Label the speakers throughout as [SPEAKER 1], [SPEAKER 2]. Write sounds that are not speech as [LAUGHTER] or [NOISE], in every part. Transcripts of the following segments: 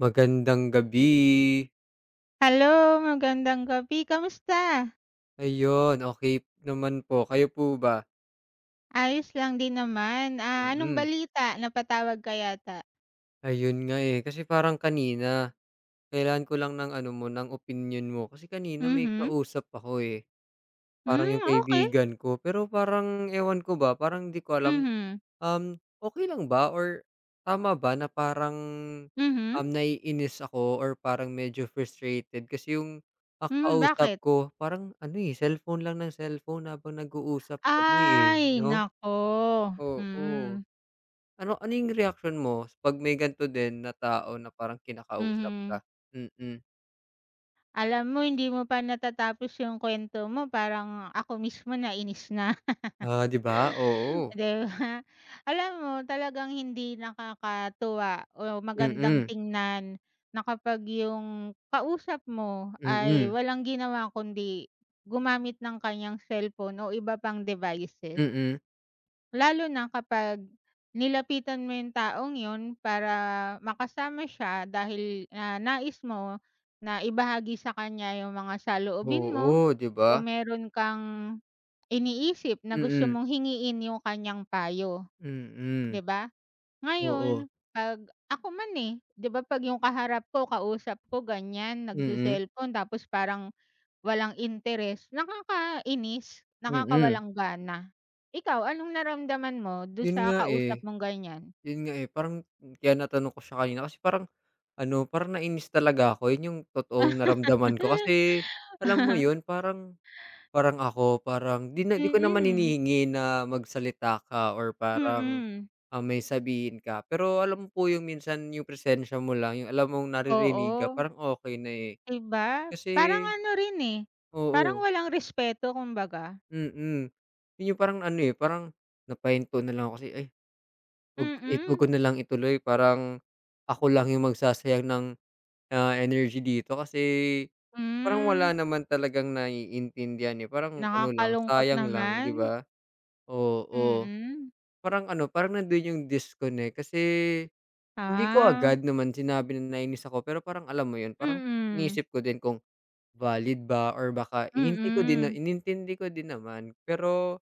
[SPEAKER 1] Magandang gabi.
[SPEAKER 2] Hello, magandang gabi. Kamusta?
[SPEAKER 1] Ayun, okay naman po. Kayo po ba?
[SPEAKER 2] Ayos lang din naman. Ah, anong
[SPEAKER 1] Mm.
[SPEAKER 2] balita? Napatawag ka yata?
[SPEAKER 1] Ayun nga, eh, kasi parang kanina kailan ko lang ng ano mo, ng opinion mo. Kasi kanina may
[SPEAKER 2] Mhm.
[SPEAKER 1] kausap ako, eh, parang
[SPEAKER 2] Hmm,
[SPEAKER 1] yung
[SPEAKER 2] okey.
[SPEAKER 1] kaibigan ko. Pero parang ewan ko ba, parang di ko alam,
[SPEAKER 2] Mhm.
[SPEAKER 1] okay lang ba or tama ba na parang,
[SPEAKER 2] Mhm.
[SPEAKER 1] naiinis ako or parang medyo frustrated kasi yung, kausap
[SPEAKER 2] Bakit?
[SPEAKER 1] ko parang ano, eh, cellphone lang ng cellphone habang nag-uusap kami, eh,
[SPEAKER 2] Ay,
[SPEAKER 1] 'no?
[SPEAKER 2] naku.
[SPEAKER 1] Oo.
[SPEAKER 2] Mm.
[SPEAKER 1] Ano ano yung reaksyon mo 'pag may ganito din na tao na parang kinakausap ka?
[SPEAKER 2] Mhm.
[SPEAKER 1] Mm.
[SPEAKER 2] Alam mo hindi mo pa natatapos yung kwento mo parang ako mismo nainis na.
[SPEAKER 1] Ah, 'di ba? Oo.
[SPEAKER 2] 'Di ba? [LAUGHS] Alam mo talagang hindi nakakatuwa o magandang
[SPEAKER 1] Mm.
[SPEAKER 2] tingnan na kapag yung kausap mo ay
[SPEAKER 1] Mm.
[SPEAKER 2] walang ginawa kundi gumamit ng kaniyang cellphone o iba pang devices.
[SPEAKER 1] Mm.
[SPEAKER 2] Lalo na kapag nilapitan mo yung taong yun para makasama siya dahil, nais mo na ibahagi sa kanya yung mga saloobin mo
[SPEAKER 1] Oo, 'di ba?
[SPEAKER 2] o meron kang iniisip na gusto
[SPEAKER 1] Mm.
[SPEAKER 2] mong hingiin yung kaniyang payo.
[SPEAKER 1] Mm.
[SPEAKER 2] 'Di ba? Ngayon
[SPEAKER 1] Oo.
[SPEAKER 2] 'pag ako man, eh, 'di ba 'pag yung kaharap ko, kausap ko ganyan,
[SPEAKER 1] Mm.
[SPEAKER 2] nagse-cellphone tapos parang walang interes, nakakainis,
[SPEAKER 1] Mm.
[SPEAKER 2] nakakawalang gana. Ikaw, anong naramdaman mo dun
[SPEAKER 1] Yun
[SPEAKER 2] sa
[SPEAKER 1] nga,
[SPEAKER 2] kausap
[SPEAKER 1] eh.
[SPEAKER 2] mong ganyan?
[SPEAKER 1] Yun nga, eh. Parang kaya natanong ko siya kanina kasi parang ano, parang nainis talaga ako. Yun yung totoong naramdaman ko kasi alam mo yun,
[SPEAKER 2] [LAUGHS]
[SPEAKER 1] parang Parang ako, parang 'di ko naman
[SPEAKER 2] Mm,
[SPEAKER 1] hinihingi na magsalita ka or parang,
[SPEAKER 2] mm.
[SPEAKER 1] may sabihin ka. Pero alam mo po yung minsan yung presensya mo lang, yung alam mong naririnig ka,
[SPEAKER 2] Oo,
[SPEAKER 1] parang okey na, eh.
[SPEAKER 2] 'di ba?
[SPEAKER 1] Kasi
[SPEAKER 2] Parang ano rin, eh, parang
[SPEAKER 1] oo,
[SPEAKER 2] walang respeto kumbaga.
[SPEAKER 1] mm. Yun yung parang ano, eh, parang napahinto na lang ako kasi, "Ay, 'wag ko
[SPEAKER 2] Mm,
[SPEAKER 1] na lang ituloy parang ako lang yung magsasayang ng, energy dito." Kasi parang
[SPEAKER 2] hmm,
[SPEAKER 1] wala naman talagang naiintindihan, eh, parang ano lang,
[SPEAKER 2] Nakakalungkot
[SPEAKER 1] sayang lang, 'di
[SPEAKER 2] naman.
[SPEAKER 1] ba? Oo.
[SPEAKER 2] Mm,
[SPEAKER 1] Parang ano, parang nando'n yung disconnect kasi hindi ko
[SPEAKER 2] ah.
[SPEAKER 1] agad naman sinabi na nainis ako pero parang alam mo yun, parang
[SPEAKER 2] Mm,
[SPEAKER 1] iniisip ko din kung valid ba or baka inintindi ko din na
[SPEAKER 2] mm.
[SPEAKER 1] inintindi ko din naman pero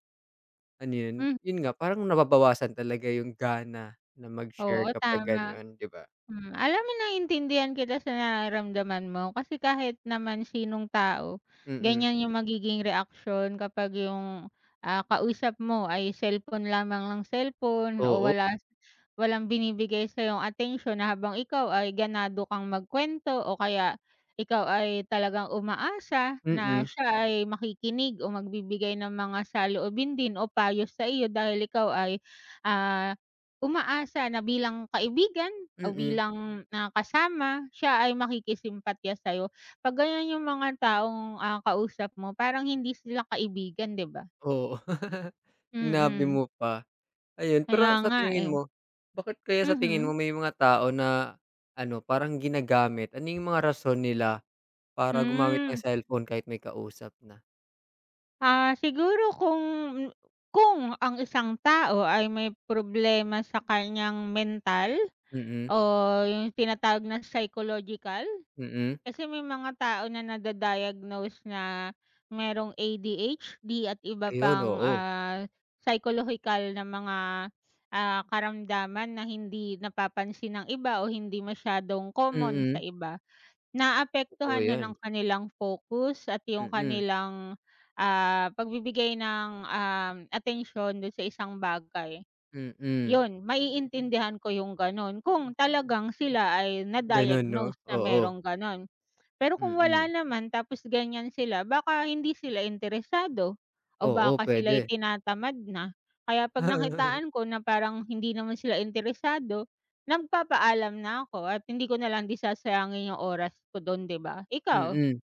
[SPEAKER 1] ano yun,
[SPEAKER 2] Hmm,
[SPEAKER 1] yun nga parang nababawasan talaga yung gana na
[SPEAKER 2] oo,
[SPEAKER 1] mag-share kapag
[SPEAKER 2] tama.
[SPEAKER 1] gano'n, 'di ba?
[SPEAKER 2] Alam mo naiintindihan kita sa nararamdaman mo kasi kahit naman sinong tao,
[SPEAKER 1] Mm,
[SPEAKER 2] ganyan yung magiging reaksyon kapag yung, kausap mo ay cellphone lamang ng cellphone o
[SPEAKER 1] oo,
[SPEAKER 2] walang binibigay sa yung attention na habang ikaw ay ganado kang magkuwento o kaya ikaw ay talagang umaasa na
[SPEAKER 1] mm,
[SPEAKER 2] siya ay makikinig o magbibigay ng mga saloobin din o payo sa iyo dahil ikaw ay, ah umaasa na bilang kaibigan o
[SPEAKER 1] mm,
[SPEAKER 2] bilang, kasama siya ay makikisimpatya sa'yo. 'Pag ganyan yung mga taong, kausap mo parang hindi sila kaibigan, 'di ba?
[SPEAKER 1] oo. [LAUGHS] Sinabi
[SPEAKER 2] Mm,
[SPEAKER 1] mo pa. Ayun,
[SPEAKER 2] kaya
[SPEAKER 1] pero sa
[SPEAKER 2] nga,
[SPEAKER 1] tingin
[SPEAKER 2] eh.
[SPEAKER 1] mo, bakit kaya sa tingin
[SPEAKER 2] Mhm.
[SPEAKER 1] mo may mga tao na ano, parang ginagamit, ano yung mga rason nila para gumamit ng
[SPEAKER 2] Hmm,
[SPEAKER 1] cellphone kahit may kausap na?
[SPEAKER 2] Siguro kung ang isang tao ay may problema sa kanyang mental.
[SPEAKER 1] Mm,
[SPEAKER 2] Oo, yung tinatawag na psychological?
[SPEAKER 1] mm.
[SPEAKER 2] Kasi may mga tao na nada-diagnose na merong ADHD at iba
[SPEAKER 1] Ayun,
[SPEAKER 2] pang,
[SPEAKER 1] oo.
[SPEAKER 2] psycholohikal na mga, karamdaman na hindi napapansin ng iba o hindi masyadong common sa
[SPEAKER 1] Mm,
[SPEAKER 2] iba.
[SPEAKER 1] totoo
[SPEAKER 2] Naapektuhan nun ng
[SPEAKER 1] 'yan.
[SPEAKER 2] kanilang focus at yung
[SPEAKER 1] Mm,
[SPEAKER 2] kanilang, pagbibigay ng, atensyon dun sa isang bagay.
[SPEAKER 1] mm.
[SPEAKER 2] 'Yun, maiintindihan ko yung gano'n kung talagang sila ay
[SPEAKER 1] Gano'n 'no?
[SPEAKER 2] na-diagnose na
[SPEAKER 1] Oo,
[SPEAKER 2] merong gano'n. Pero kung wala
[SPEAKER 1] mm.
[SPEAKER 2] naman tapos ganyan sila baka hindi sila interesado o
[SPEAKER 1] Oo,
[SPEAKER 2] baka sila'y
[SPEAKER 1] puwede.
[SPEAKER 2] tinatamad na. Kaya 'pag nakitaan ko na parang hindi naman sila interesado, nagpapaalam na ako at hindi ko na lang din sasayangin yung oras ko do'n, 'di ba?
[SPEAKER 1] Mm.
[SPEAKER 2] Ikaw?
[SPEAKER 1] [LAUGHS]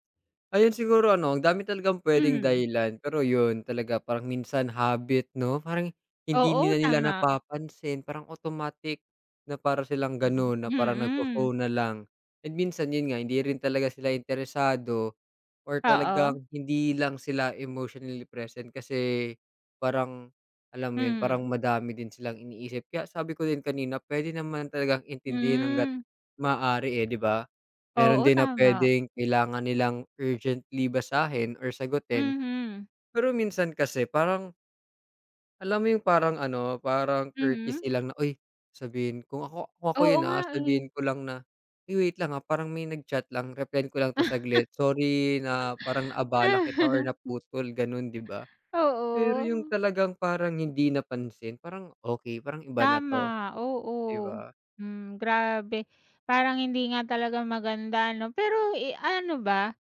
[SPEAKER 1] Ayun siguro ano, ang dami talagang puwedeng
[SPEAKER 2] Mhm.
[SPEAKER 1] dahilan, pero yun talaga parang minsan habit 'no, parang hindi
[SPEAKER 2] Oo,
[SPEAKER 1] nila nila
[SPEAKER 2] tama.
[SPEAKER 1] napapansin, parang automatic na para silang gano'n, na parang
[SPEAKER 2] Mhm.
[SPEAKER 1] nagpo-phone na lang. And minsan yun nga, hindi rin talaga sila interesado or
[SPEAKER 2] Oo.
[SPEAKER 1] talagang hindi lang sila emotionally present kasi parang, alam mo yun, parang
[SPEAKER 2] Mhm.
[SPEAKER 1] madami din silang iniisip. Kaya sabi ko din kanina pwede naman talagang intindihin hangga't
[SPEAKER 2] Hmm.
[SPEAKER 1] maaari, eh, 'di ba? Meron
[SPEAKER 2] Oo,
[SPEAKER 1] din na
[SPEAKER 2] tama.
[SPEAKER 1] puwedeng kailangan nilang urgently basahin or sagutin.
[SPEAKER 2] Mhm.
[SPEAKER 1] Pero minsan kasi parang alam mo yung parang ano, parang courtesy
[SPEAKER 2] Mhm.
[SPEAKER 1] lang na, "Uy," sabihin kung ako
[SPEAKER 2] Oo
[SPEAKER 1] yun,
[SPEAKER 2] nga, eh.
[SPEAKER 1] sabihin ko lang na, "Uy, wait lang, parang may nag-chat lang, replyan ko lang 'to saglit. Sorry na parang naabala kita or
[SPEAKER 2] [LAUGHS]
[SPEAKER 1] naputol." Ganun, 'di ba? Pero yung
[SPEAKER 2] Oo,
[SPEAKER 1] talagang parang hindi napansin, parang, "Okey, parang iba na 'to."
[SPEAKER 2] tama,
[SPEAKER 1] 'Di
[SPEAKER 2] oo.
[SPEAKER 1] ba?
[SPEAKER 2] Grabe. Parang hindi nga talaga maganda no pero, eh, ano ba,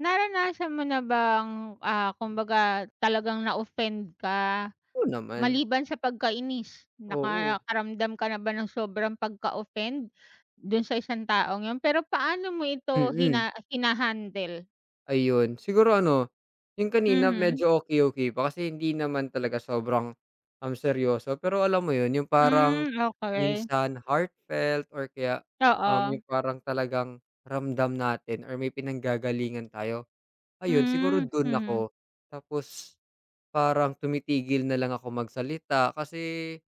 [SPEAKER 2] naranasan mo na bang, kumbaga talagang na-offend ka
[SPEAKER 1] Oo naman,
[SPEAKER 2] maliban sa pagkainis?
[SPEAKER 1] oo.
[SPEAKER 2] Nakakaramdam ka na ba ng sobrang pagka-offend dun sa isang taong yun? Pero paano mo ito
[SPEAKER 1] Mm.
[SPEAKER 2] hina-handle?
[SPEAKER 1] Ayun, siguro ano, yung kanina
[SPEAKER 2] Mhm.
[SPEAKER 1] medyo okey-okey pa kasi hindi naman talaga sobrang, seryoso pero alam mo yun yung parang
[SPEAKER 2] Hmm, okey.
[SPEAKER 1] minsan heartfelt or kaya,
[SPEAKER 2] Oo.
[SPEAKER 1] yung parang talagang ramdam natin or may pinanggagalingan tayo, ayun siguro
[SPEAKER 2] Hmm,
[SPEAKER 1] dun
[SPEAKER 2] mm.
[SPEAKER 1] ako. Tapos parang tumitigil na lang ako magsalita kasi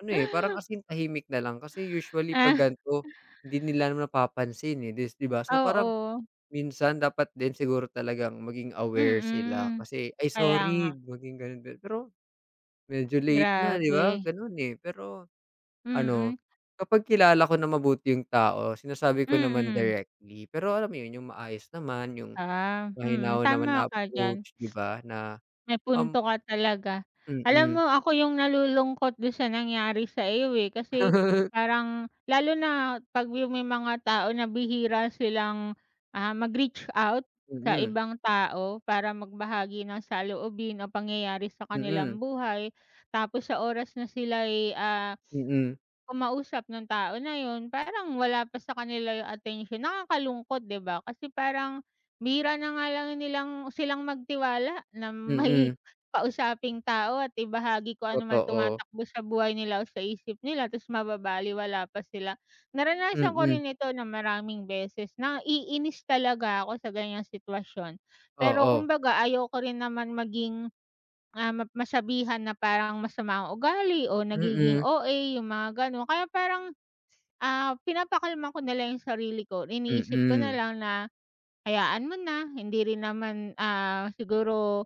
[SPEAKER 1] ano, eh, parang as in tahimik na lang kasi usually 'pag
[SPEAKER 2] Ah,
[SPEAKER 1] gan'to hindi nila napapansin, eh, 'di ba? So parang
[SPEAKER 2] oo,
[SPEAKER 1] minsan dapat din siguro talagang maging aware sila
[SPEAKER 2] mm.
[SPEAKER 1] kasi, "Ay
[SPEAKER 2] Kaya nga,
[SPEAKER 1] sorry," maging gano'n din. Pero medyo late na, 'di ba,
[SPEAKER 2] grabe.
[SPEAKER 1] gano'n, eh. Pero ano,
[SPEAKER 2] Mm,
[SPEAKER 1] kapag kilala ko na mabuti yung tao sinasabi ko naman
[SPEAKER 2] mm.
[SPEAKER 1] directly. Pero alam mo 'yun, yung maayos naman, yung
[SPEAKER 2] Ah, mm,
[SPEAKER 1] mahinahon naman
[SPEAKER 2] tama
[SPEAKER 1] na
[SPEAKER 2] ka diyan.
[SPEAKER 1] approach, 'di ba, na,
[SPEAKER 2] May
[SPEAKER 1] um
[SPEAKER 2] punto ka talaga. Alam
[SPEAKER 1] mm.
[SPEAKER 2] mo ako yung nalulungkot dun sa nangyari sa iyo, eh, kasi
[SPEAKER 1] [LAUGHS]
[SPEAKER 2] parang lalo na 'pag yung may mga tao na bihira silang, mag-reach out sa
[SPEAKER 1] Mm,
[SPEAKER 2] ibang tao para magbahagi ng saloobin o pangyayari sa
[SPEAKER 1] mm,
[SPEAKER 2] kanilang buhay. Tapos sa oras na sila'y,
[SPEAKER 1] mm,
[SPEAKER 2] kumausap nung tao na yun, parang wala pa sa kanila yung atensyon. Nakakalungkot, 'di ba? Kasi parang bihira na nga lang nilang silang magtiwala na [LAUGHS] may
[SPEAKER 1] mm, [LAUGHS]
[SPEAKER 2] kausaping tao at ibahagi kung ano man
[SPEAKER 1] totoo.
[SPEAKER 2] tumatakbo sa buhay nila o sa isip nila tapos mababalewala pa sila. Naranasan ko
[SPEAKER 1] Mm,
[SPEAKER 2] rin ito na maraming beses. Naiinis talaga ako sa ganyang sitwasyon. Pero
[SPEAKER 1] oo.
[SPEAKER 2] kumbaga ayoko rin naman maging Ah, ma masabihan na parang masama ang ugali o nagiging
[SPEAKER 1] Mm,
[SPEAKER 2] OA yung mga gano'n. Kaya parang, pinapakalma ko na lang yung sarili ko. Iniisip ko na
[SPEAKER 1] mm,
[SPEAKER 2] lang na hayaan mo na, hindi rin naman, siguro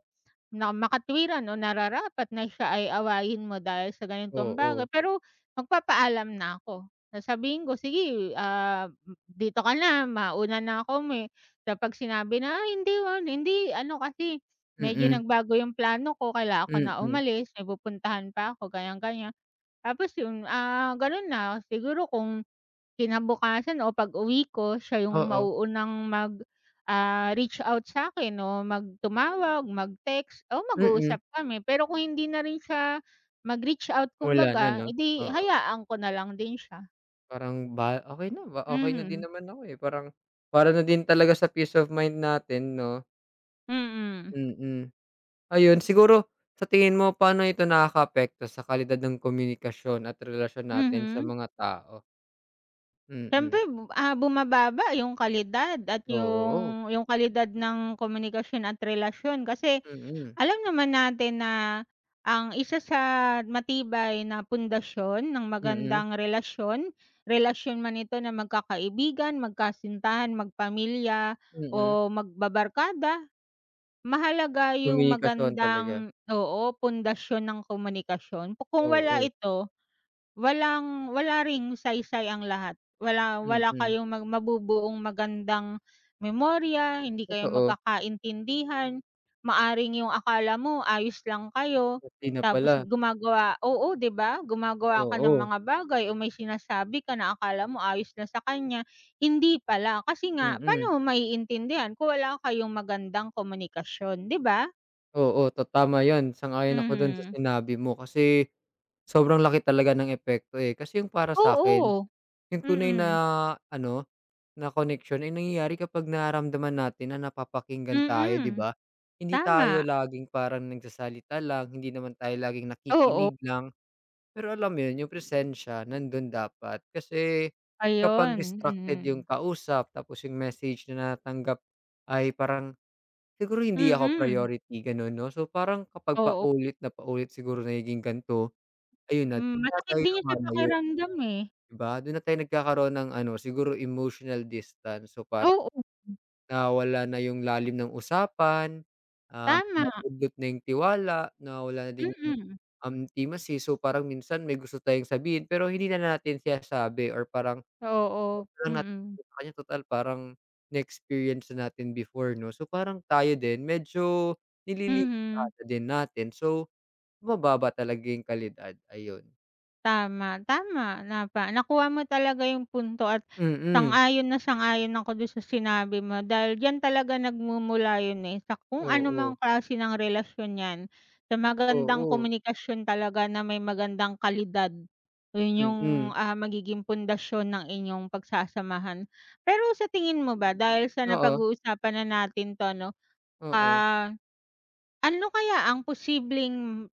[SPEAKER 2] na makatwiran o nararapat na siya ay awayin mo dahil sa ganitong
[SPEAKER 1] oo.
[SPEAKER 2] bagay, pero magpapaalam na ako. Sasabihin ko, "Sige, dito ka na, mauna na ako may." Kapag sinabi na, "Ay hindi, ah, hindi ano kasi medyo
[SPEAKER 1] Mm,
[SPEAKER 2] nagbago yung plano ko, kailangan ko na
[SPEAKER 1] mm,
[SPEAKER 2] umalis, may pupuntahan pa ako." Ganyan, ganyan. Tapos yun, ganun na siguro kung kinabukasan o pag-uwi ko siya yung
[SPEAKER 1] oo.
[SPEAKER 2] mauunang mag, reach out sa akin o mag-text o mag-uusap
[SPEAKER 1] Mm,
[SPEAKER 2] kami. Pero kung hindi na rin siya mag-reach out
[SPEAKER 1] wala na
[SPEAKER 2] kumbaga,
[SPEAKER 1] 'no,
[SPEAKER 2] eh, di
[SPEAKER 1] oo.
[SPEAKER 2] hayaan ko na lang din siya.
[SPEAKER 1] Parang ba okey na din
[SPEAKER 2] Mhm,
[SPEAKER 1] naman ako, eh, parang para na din talaga sa peace of mind natin 'no,
[SPEAKER 2] mm,
[SPEAKER 1] mm. Ayun, siguro sa tingin mo paano ito nakakaapekto sa kalidad ng komunikasyon at relasyon natin sa
[SPEAKER 2] mhm.
[SPEAKER 1] mga tao?
[SPEAKER 2] Siyempre,
[SPEAKER 1] Mm,
[SPEAKER 2] bumababa yung kalidad at
[SPEAKER 1] oo,
[SPEAKER 2] yung kalidad ng komunikasyon at relasyon kasi.
[SPEAKER 1] mm,
[SPEAKER 2] Alam naman natin na ang isa sa matibay na pundasyon ng
[SPEAKER 1] mm,
[SPEAKER 2] magandang relasyon, relasyon man ito na magkakaibigan, magkasintahan, magpamilya
[SPEAKER 1] mm.
[SPEAKER 2] o magbabarkada, mahalaga yung
[SPEAKER 1] Komunikasyon talaga,
[SPEAKER 2] magandang oo, pundasyon ng komunikasyon. Kung wala
[SPEAKER 1] oo,
[SPEAKER 2] ito, walang wala ring saysay ang lahat. Wala wala
[SPEAKER 1] mm,
[SPEAKER 2] kayong mabubuong magandang memorya, hindi kayo
[SPEAKER 1] totoo.
[SPEAKER 2] magkakaintindihan. Maaring yung akala mo ayos lang kayo,
[SPEAKER 1] Hindi na
[SPEAKER 2] tapos
[SPEAKER 1] pala,
[SPEAKER 2] gumagawa oo, 'di ba? Gumagawa ka ng
[SPEAKER 1] oo,
[SPEAKER 2] mga bagay o may sinasabi ka na akala mo ayos na sa kanya, hindi pala. Kasi nga
[SPEAKER 1] mm,
[SPEAKER 2] paano mo maiintindihan kung wala kayong magandang komunikasyon, 'di ba?
[SPEAKER 1] oo, tama 'yan, sang-ayon ako do'n sa
[SPEAKER 2] Mhm.
[SPEAKER 1] sinabi mo kasi sobrang laki talaga ng epekto, eh. Kasi yung para sa akin
[SPEAKER 2] Oo.
[SPEAKER 1] yung tunay na
[SPEAKER 2] Mm.
[SPEAKER 1] ano, na connection ay nangyayari kapag nararamdaman natin na napapakinggan tayo, 'di
[SPEAKER 2] Mm.
[SPEAKER 1] ba? Hindi tayo
[SPEAKER 2] Tama,
[SPEAKER 1] laging parang nagsasalita lang, hindi naman tayo laging
[SPEAKER 2] oo.
[SPEAKER 1] nakikinig lang, pero alam mo yun, yung presensya nandun dapat. Kasi kapag
[SPEAKER 2] Ayun,
[SPEAKER 1] distracted yung
[SPEAKER 2] mm.
[SPEAKER 1] kausap tapos yung message na natanggap ay parang, "Siguro hindi ako
[SPEAKER 2] Mm,
[SPEAKER 1] priority." Ganun, 'no? So, parang kapag
[SPEAKER 2] oo.
[SPEAKER 1] paulit na paulit siguro nagiging ganito. Ayun na, do'n na
[SPEAKER 2] Masakit
[SPEAKER 1] tayo
[SPEAKER 2] din yun sa
[SPEAKER 1] lumalayo,
[SPEAKER 2] pakiramdam, eh.
[SPEAKER 1] 'di ba? Do'n na tayo nagkakaroon ng ano, siguro emotional distance. So, parang
[SPEAKER 2] Oo,
[SPEAKER 1] nawawala na yung lalim ng usapan,
[SPEAKER 2] tama,
[SPEAKER 1] napudlot na yung tiwala, nawawala na din yung,
[SPEAKER 2] mm.
[SPEAKER 1] intimacy. So, parang minsan may gusto tayong sabihin pero hindi na natin sinasabi or parang
[SPEAKER 2] Oo,
[SPEAKER 1] huwag na lang natin
[SPEAKER 2] mm.
[SPEAKER 1] sabihin sa kanya total parang na-experience na natin before, 'no? So, parang tayo din medyo
[SPEAKER 2] Mhm.
[SPEAKER 1] nililimitahan na din natin. So, bumababa talaga yung kalidad, ayun.
[SPEAKER 2] Tama, tama nakuha mo talaga yung punto at
[SPEAKER 1] Mm,
[SPEAKER 2] sang-ayon na sang-ayon ako dun sa sinabi mo dahil diyan talaga nagmumula yun, eh, sa kung ano mang
[SPEAKER 1] oo.
[SPEAKER 2] klase ng relasyon 'yan, sa magandang
[SPEAKER 1] Oo,
[SPEAKER 2] komunikasyon talaga na may magandang kalidad. Yun yung,
[SPEAKER 1] mm.
[SPEAKER 2] magiging pundasyon ng inyong pagsasamahan. Pero sa tingin mo ba dahil sa
[SPEAKER 1] Oo,
[SPEAKER 2] napag-uusapan na natin 'to 'no,
[SPEAKER 1] oo.
[SPEAKER 2] ah, ano kaya ang posibleng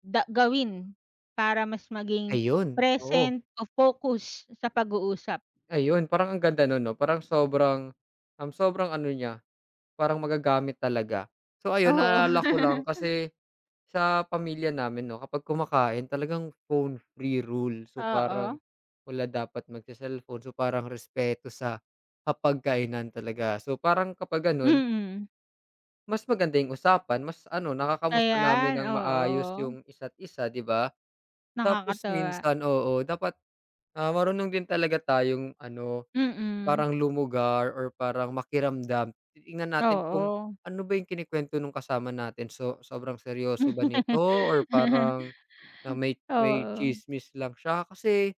[SPEAKER 2] Gawin para mas maging
[SPEAKER 1] Ayun, oo,
[SPEAKER 2] present o focus sa pag-uusap?
[SPEAKER 1] ayun parang ang ganda nun 'no, parang sobrang, sobrang ano niya, parang magagamit talaga. So ayun,
[SPEAKER 2] Oo.
[SPEAKER 1] naalala ko lang kasi sa pamilya namin 'no, kapag kumakain talagang phone free rule. So
[SPEAKER 2] Oo.
[SPEAKER 1] parang wala dapat magse-cellphone, so parang respeto sa hapagkainan talaga. So parang kapag gano'n,
[SPEAKER 2] Mm.
[SPEAKER 1] mas maganda yung usapan, mas ano, nakakamusta
[SPEAKER 2] Ayan,
[SPEAKER 1] namin ng maayos
[SPEAKER 2] oo.
[SPEAKER 1] yung isa't isa, 'di ba? Tapos
[SPEAKER 2] Nakakatuwa.
[SPEAKER 1] minsan oo, dapat marunong din talaga tayong ano,
[SPEAKER 2] Mm.
[SPEAKER 1] parang lumugar or parang makiramdam. Titingnan natin kung
[SPEAKER 2] Oo.
[SPEAKER 1] ano ba yung kinukuwento nung kasama natin. So, sobrang seryoso ba nito or
[SPEAKER 2] [LAUGHS]
[SPEAKER 1] parang, na may
[SPEAKER 2] Oo.
[SPEAKER 1] tsismis lang siya. Kasi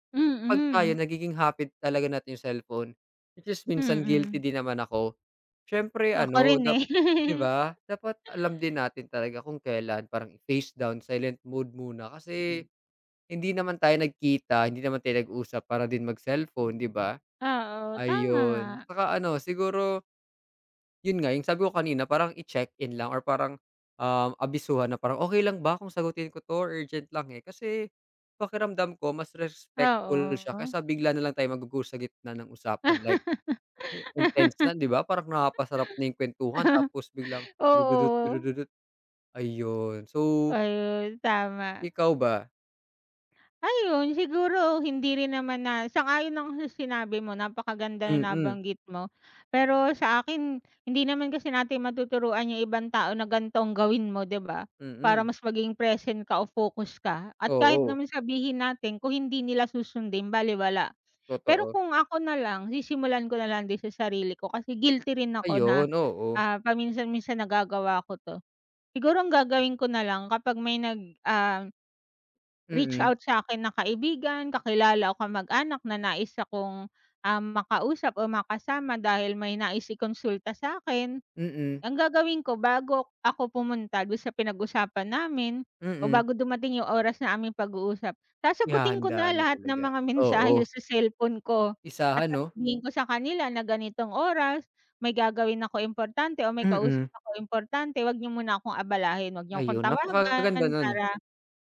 [SPEAKER 1] kapag tayo
[SPEAKER 2] Mm.
[SPEAKER 1] nagiging happy talaga natin yung cellphone, which is minsan guilty
[SPEAKER 2] Mm.
[SPEAKER 1] din naman ako. Siyempre
[SPEAKER 2] Ako
[SPEAKER 1] ano,
[SPEAKER 2] rin, eh.
[SPEAKER 1] 'di
[SPEAKER 2] [LAUGHS]
[SPEAKER 1] ba? Dapat alam din natin talaga kung kailan. Parang face down, silent mode muna kasi hindi naman tayo nagkita, hindi naman tayo nag-usap para din mag-cellphone, 'di ba?
[SPEAKER 2] Oo,
[SPEAKER 1] Ayun.
[SPEAKER 2] tama.
[SPEAKER 1] Saka ano, siguro yun nga, yung sabi ko kanina parang i-check-in lang or parang, abisuhan na parang, okay lang ba kung sagutin ko 'to? Urgent lang, eh." Kasi pakiramdam ko mas respectful siya
[SPEAKER 2] Oo.
[SPEAKER 1] kaysa bigla na lang tayo magugur sa gitna ng usapan like intense na,
[SPEAKER 2] [LAUGHS]
[SPEAKER 1] 'di ba? Parang nakakasarap na yung kwentuhan tapos biglang durududut,
[SPEAKER 2] Oo.
[SPEAKER 1] durududut, ayun. So,
[SPEAKER 2] Ayun, tama.
[SPEAKER 1] ikaw ba?
[SPEAKER 2] Ayun, siguro hindi rin naman na sang-ayon ako sa sinabi mo, napakaganda
[SPEAKER 1] Mm,
[SPEAKER 2] na
[SPEAKER 1] mm.
[SPEAKER 2] nabanggit mo. Pero sa akin, hindi naman kasi natin matuturuan yung ibang tao na ganito ang gawin mo, 'di ba? Para
[SPEAKER 1] Mm.
[SPEAKER 2] mas maging present ka o focus ka at kahit
[SPEAKER 1] Oo,
[SPEAKER 2] naman sabihin natin kung hindi nila susundin balewala. Pero
[SPEAKER 1] totoo.
[SPEAKER 2] kung ako na lang, sisimulan ko na lang din sa sarili ko kasi guilty rin ako na,
[SPEAKER 1] Ayun, oo.
[SPEAKER 2] paminsan-minsan nagagawa ko 'to. Siguro ang gagawin ko na lang kapag may nag, ah reach
[SPEAKER 1] Mm,
[SPEAKER 2] out sa'kin na kaibigan, kakilala o kamag-anak na nais akong, makausap o makasama dahil may nais ikonsulta sa'kin.
[SPEAKER 1] mm,
[SPEAKER 2] Ang gagawin ko bago ako pumunta do'n sa pinag-usapan namin o
[SPEAKER 1] mm.
[SPEAKER 2] bago dumating yung oras na aming pag-uusap, sasagutin ko
[SPEAKER 1] Ihahandaan
[SPEAKER 2] na
[SPEAKER 1] na
[SPEAKER 2] lahat ng
[SPEAKER 1] talaga.
[SPEAKER 2] mga
[SPEAKER 1] Oo,
[SPEAKER 2] mensahe sa cellphone ko at
[SPEAKER 1] isahan 'no?
[SPEAKER 2] sasabihin ko sa kanila na ganitong oras may gagawin ako importante o may kausap
[SPEAKER 1] Mm,
[SPEAKER 2] ako importante, huwag niyo muna akong abalahin, huwag niyo akong
[SPEAKER 1] ayun napakaganda
[SPEAKER 2] tawagan.
[SPEAKER 1] nun.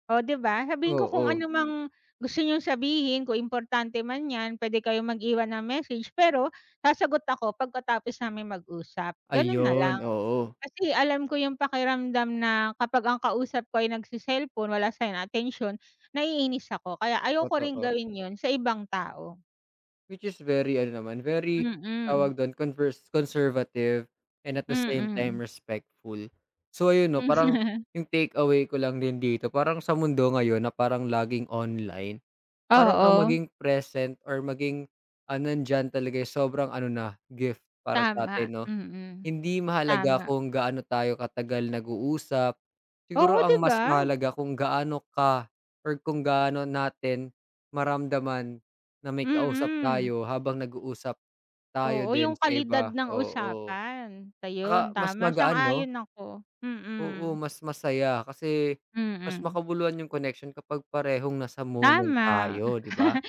[SPEAKER 2] Oh, 'di ba? Sabihin ko kung
[SPEAKER 1] Oo,
[SPEAKER 2] ano mang gusto niyong sabihin, kung importante man 'yan, puwede kayong mag-iwan ng message, pero sasagot ako pagkatapos naming mag-usap, gano'n na
[SPEAKER 1] ayun,
[SPEAKER 2] lang.
[SPEAKER 1] oo,
[SPEAKER 2] Kasi alam ko yung pakiramdam na kapag ang kausap ko ay nagse-cellphone, wala sa'kin atensyon, naiinis ako. Kaya ayoko rin
[SPEAKER 1] totoo.
[SPEAKER 2] gawin 'yun sa ibang tao.
[SPEAKER 1] Which is very ano naman, very
[SPEAKER 2] Mm,
[SPEAKER 1] tawag dun conservative and at the same
[SPEAKER 2] mm.
[SPEAKER 1] time respectful. So ayun 'no, parang
[SPEAKER 2] [LAUGHS]
[SPEAKER 1] yung takeaway ko lang din dito, parang sa mundo ngayon na parang laging online. Parang ang
[SPEAKER 2] Oo,
[SPEAKER 1] maging present or maging, nandiyan talaga yung sobrang ano na, gift para sa'tin
[SPEAKER 2] tama.
[SPEAKER 1] 'no.
[SPEAKER 2] Mm,
[SPEAKER 1] Hindi mahalaga
[SPEAKER 2] tama.
[SPEAKER 1] kung gaano tayo katagal nag-uusap,
[SPEAKER 2] Oo,
[SPEAKER 1] siguro
[SPEAKER 2] 'di
[SPEAKER 1] ang
[SPEAKER 2] ba?
[SPEAKER 1] mas mahalaga kung gaano ka or kung gaano natin maramdaman na may kausap
[SPEAKER 2] Mm.
[SPEAKER 1] tayo habang nag-uusap tayo
[SPEAKER 2] Oo,
[SPEAKER 1] din
[SPEAKER 2] yung
[SPEAKER 1] sa
[SPEAKER 2] kalidad
[SPEAKER 1] iba,
[SPEAKER 2] ng
[SPEAKER 1] oo.
[SPEAKER 2] usapan. Ayun,
[SPEAKER 1] Tsaka mas
[SPEAKER 2] tama,
[SPEAKER 1] magaan 'no?
[SPEAKER 2] sang-ayon ako. Mm,
[SPEAKER 1] Oo, mas masaya kasi mas
[SPEAKER 2] mm.
[SPEAKER 1] makabuluhan yung connection kapag parehong nasa moment
[SPEAKER 2] Tama.
[SPEAKER 1] tayo, 'di ba?
[SPEAKER 2] [LAUGHS]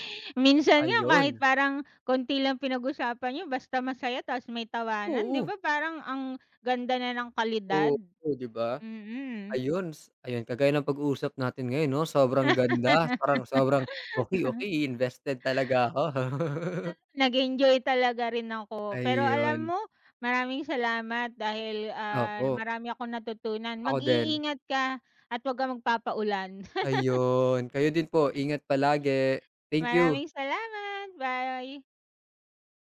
[SPEAKER 2] Minsan nga kahit
[SPEAKER 1] Ayun.
[SPEAKER 2] parang konti lang pinag-usapan niyo basta masaya tapos may tawanan, 'di
[SPEAKER 1] Oo,
[SPEAKER 2] ba parang ang ganda na ng kalidad?
[SPEAKER 1] oo, 'di ba?
[SPEAKER 2] Mm.
[SPEAKER 1] Ayun, ayun kagaya ng pag-uusap natin ngayon 'no, sobrang ganda,
[SPEAKER 2] [LAUGHS]
[SPEAKER 1] parang sobrang, okey, okey invested talaga ako. [LAUGHS]
[SPEAKER 2] Nag-enjoy talaga rin ako. Pero alam
[SPEAKER 1] Ayun,
[SPEAKER 2] mo, maraming salamat dahil,
[SPEAKER 1] opo,
[SPEAKER 2] marami akong natutunan.
[SPEAKER 1] ako din.
[SPEAKER 2] Mag-iingat ka at 'wag kang magpapaulan.
[SPEAKER 1] Ayun, kayo din po, ingat palagi. Thank you.
[SPEAKER 2] Maraming salamat, bye.